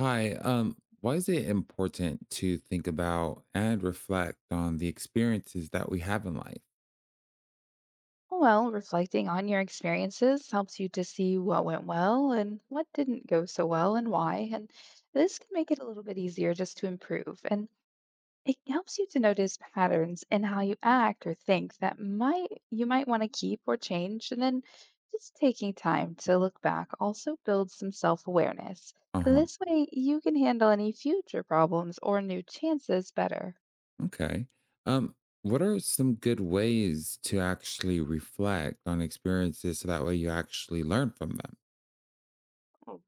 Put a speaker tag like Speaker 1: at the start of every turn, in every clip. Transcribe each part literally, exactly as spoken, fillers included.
Speaker 1: Hi. Um, why is it important to think about and reflect on the experiences that we have in life?
Speaker 2: Oh, well, reflecting on your experiences helps you to see what went well and what didn't go so well and why. And this can make it a little bit easier just to improve. And it helps you to notice patterns in how you act or think that might you might want to keep or change. And then just taking time to look back also builds some self-awareness.
Speaker 1: Uh huh.
Speaker 2: This way you can handle any future problems or new chances better.
Speaker 1: Okay. Um, what are some good ways to actually reflect on experiences so that way you actually learn from them?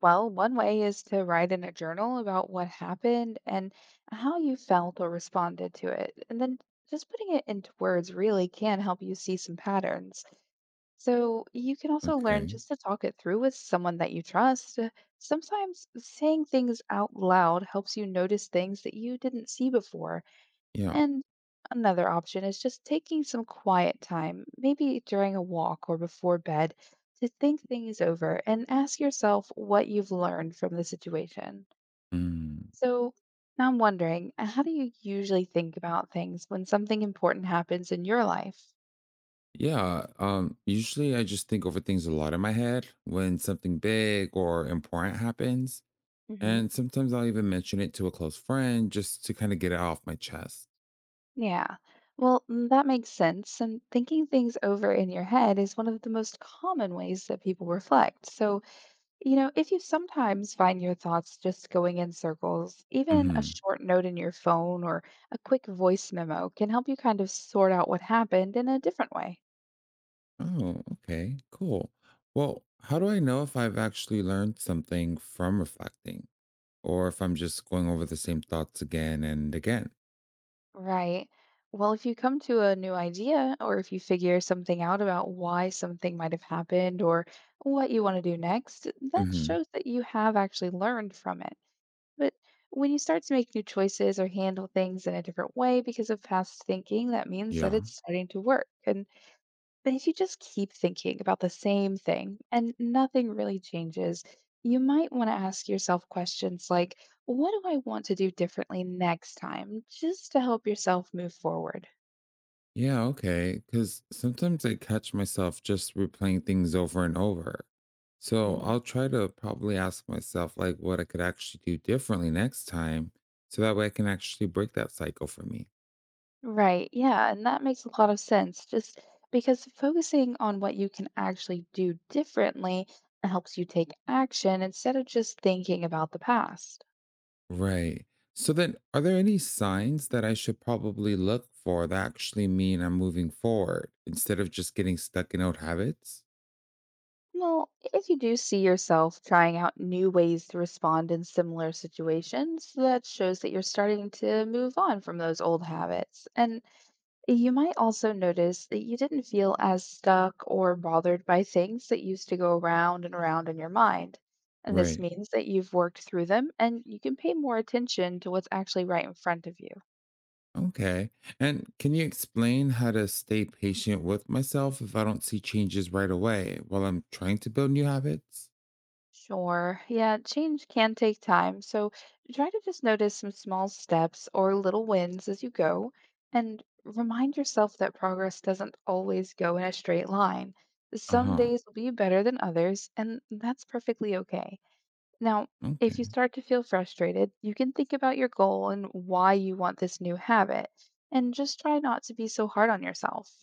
Speaker 2: Well, one way is to write in a journal about what happened and how you felt or responded to it. And then just putting it into words really can help you see some patterns. So you can also learn
Speaker 1: Okay.
Speaker 2: just to talk it through with someone that you trust. Uh, Sometimes saying things out loud helps you notice things that you didn't see before,
Speaker 1: Yeah.
Speaker 2: and another option is just taking some quiet time, maybe during a walk or before bed, to think things over and ask yourself what you've learned from the situation.
Speaker 1: Mm.
Speaker 2: So now I'm wondering, uh, how do you usually think about things when something important happens in your life?
Speaker 1: Yeah. Um, usually I just think over things a lot in my head when something big or important happens.
Speaker 2: Hmm.
Speaker 1: And sometimes I'll even mention it to a close friend just to kind of get it off my chest.
Speaker 2: Yeah. Well, mm, that makes sense. And thinking things over in your head is one of the most common ways that people reflect. So, You know, if you sometimes find your thoughts just going in circles, even a
Speaker 1: Mm-hmm.
Speaker 2: short note in your phone or a quick voice memo can help you kind of sort out what happened in a different way.
Speaker 1: Oh, okay. Cool. Well, how do I know if I've actually learned something from reflecting or if I'm just going over the same thoughts again and again?
Speaker 2: Right. Well, if you come to a new idea or if you figure something out about why something might have happened or what you want to do next, that
Speaker 1: Hmm.
Speaker 2: shows that you have actually learned from it. But when you start to make new choices or handle things in a different way because of past thinking, that means that
Speaker 1: Yeah.
Speaker 2: it's starting to work. And but if you just keep thinking about the same thing and nothing really changes, you might want to ask yourself questions like, what do I want to do differently next time, just to help yourself move forward.
Speaker 1: Yeah. Okay. Because sometimes I catch myself just replaying things over and over. So
Speaker 2: Mm.
Speaker 1: I'll try to probably ask myself, like, what I could actually do differently next time. So that way I can actually break that cycle for me.
Speaker 2: Right. Yeah. And that makes a lot of sense just because focusing on what you can actually do differently helps you take action instead of just thinking about the past.
Speaker 1: Right. So then, are there any signs that I should probably look for that actually mean I'm moving forward instead of just getting stuck in old habits?
Speaker 2: Well, if you do see yourself trying out new ways to respond in similar situations, that shows that you're starting to move on from those old habits. And you might also notice that you didn't feel as stuck or bothered by things that used to go around and around in your mind. And this
Speaker 1: Right.
Speaker 2: means that you've worked through them and you can pay more attention to what's actually right in front of you.
Speaker 1: Okay. And can you explain how to stay patient with myself if I don't see changes right away while I'm trying to build new habits?
Speaker 2: Sure. Yeah, change can take time. So try to just notice some small steps or little wins as you go, and remind yourself that progress doesn't always go in a straight line.
Speaker 1: Uh
Speaker 2: Some
Speaker 1: huh.
Speaker 2: days will be better than others, and that's perfectly okay. Now, if you
Speaker 1: Okay.
Speaker 2: start to feel frustrated, you can think about your goal and why you want this new habit, and just try not to be so hard on yourself.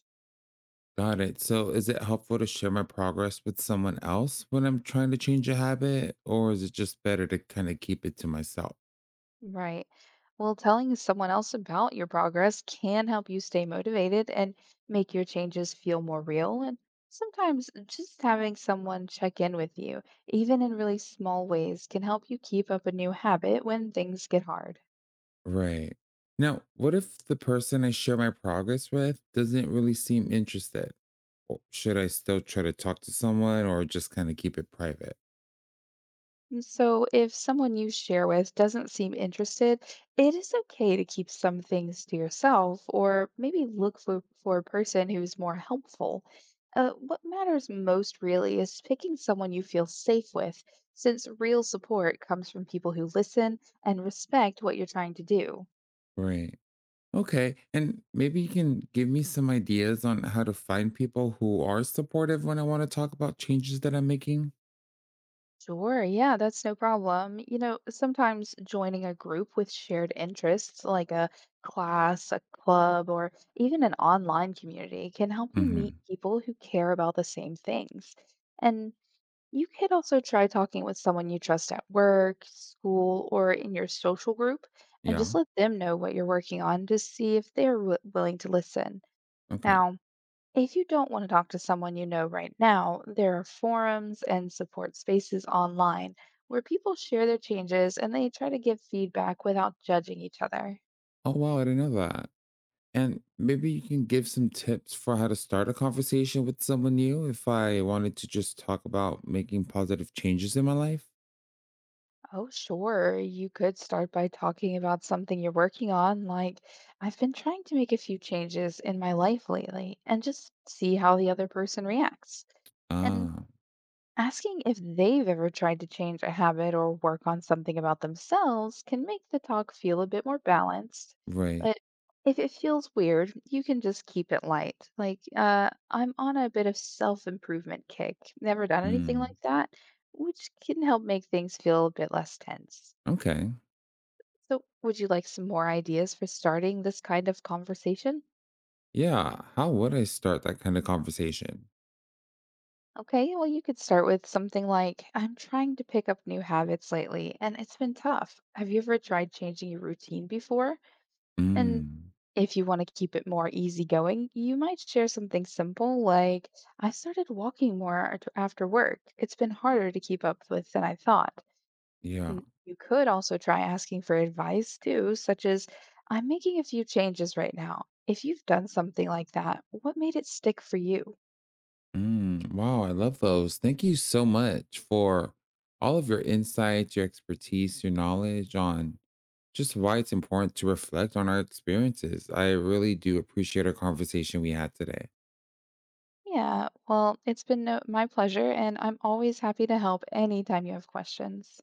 Speaker 1: Got it. So is it helpful to share my progress with someone else when I'm trying to change a habit, or is it just better to kind of keep it to myself?
Speaker 2: Right. Well, telling someone else about your progress can help you stay motivated and make your changes feel more real. And sometimes just having someone check in with you, even in really small ways, can help you keep up a new habit when things get hard.
Speaker 1: Right. Now, what if the person I share my progress with doesn't really seem interested? Or should I still try to talk to someone or just kind of keep it private?
Speaker 2: Mm. So, if someone you share with doesn't seem interested, it is okay to keep some things to yourself or maybe look for, for a person who's more helpful. Uh, what matters most really is picking someone you feel safe with, since real support comes from people who listen and respect what you're trying to do.
Speaker 1: Right. Okay. And maybe you can give me some ideas on how to find people who are supportive when I want to talk about changes that I'm making?
Speaker 2: Sure, yeah, that's no problem. You know, sometimes joining a group with shared interests, like a class, a club, or even an online community, can help you meet
Speaker 1: Mm-hmm.
Speaker 2: people who care about the same things. And you could also try talking with someone you trust at work, school, or in your social group, and just
Speaker 1: Yeah.
Speaker 2: let them know what you're working on to see if they're wi- willing to listen.
Speaker 1: Okay.
Speaker 2: Now, if you don't want to talk to someone you know right now, there are forums and support spaces online where people share their changes and they try to give feedback without judging each other.
Speaker 1: Oh, wow. I didn't know that. And maybe you can give some tips for how to start a conversation with someone new if I wanted to just talk about making positive changes in my life?
Speaker 2: Oh, sure. You could start by talking about something you're working on, like, I've been trying to make a few changes in my life lately, and just see how the other person reacts. And
Speaker 1: Ah,
Speaker 2: asking if they've ever tried to change a habit or work on something about themselves can make the talk feel a bit more balanced.
Speaker 1: right.
Speaker 2: But if it feels weird, you can just keep it light. Like, uh, I'm on a bit of self improvement kick. Never done anything
Speaker 1: Mm.
Speaker 2: like that, which can help make things feel a bit less tense.
Speaker 1: Okay.
Speaker 2: So, would you like some more ideas for starting this kind of conversation?
Speaker 1: Yeah. How would I start that kind of conversation?
Speaker 2: Okay, well, you could start with something like, I'm trying to pick up new habits lately, and it's been tough. Have you ever tried changing your routine before? And
Speaker 1: Mm.
Speaker 2: if you want to keep it more easygoing, you might share something simple like, I started walking more at- after work. It's been harder to keep up with than I thought.
Speaker 1: Yeah.
Speaker 2: Mm. You could also try asking for advice too, such as, I'm making a few changes right now. If you've done something like that, what made it stick for you?
Speaker 1: Mm. Wow. I love those. Thank you so much for all of your insights, your expertise, your knowledge on just why it's important to reflect on our experiences. I really do appreciate our conversation we had today.
Speaker 2: Yeah, well, it's been no- my pleasure, and I'm always happy to help anytime you have questions.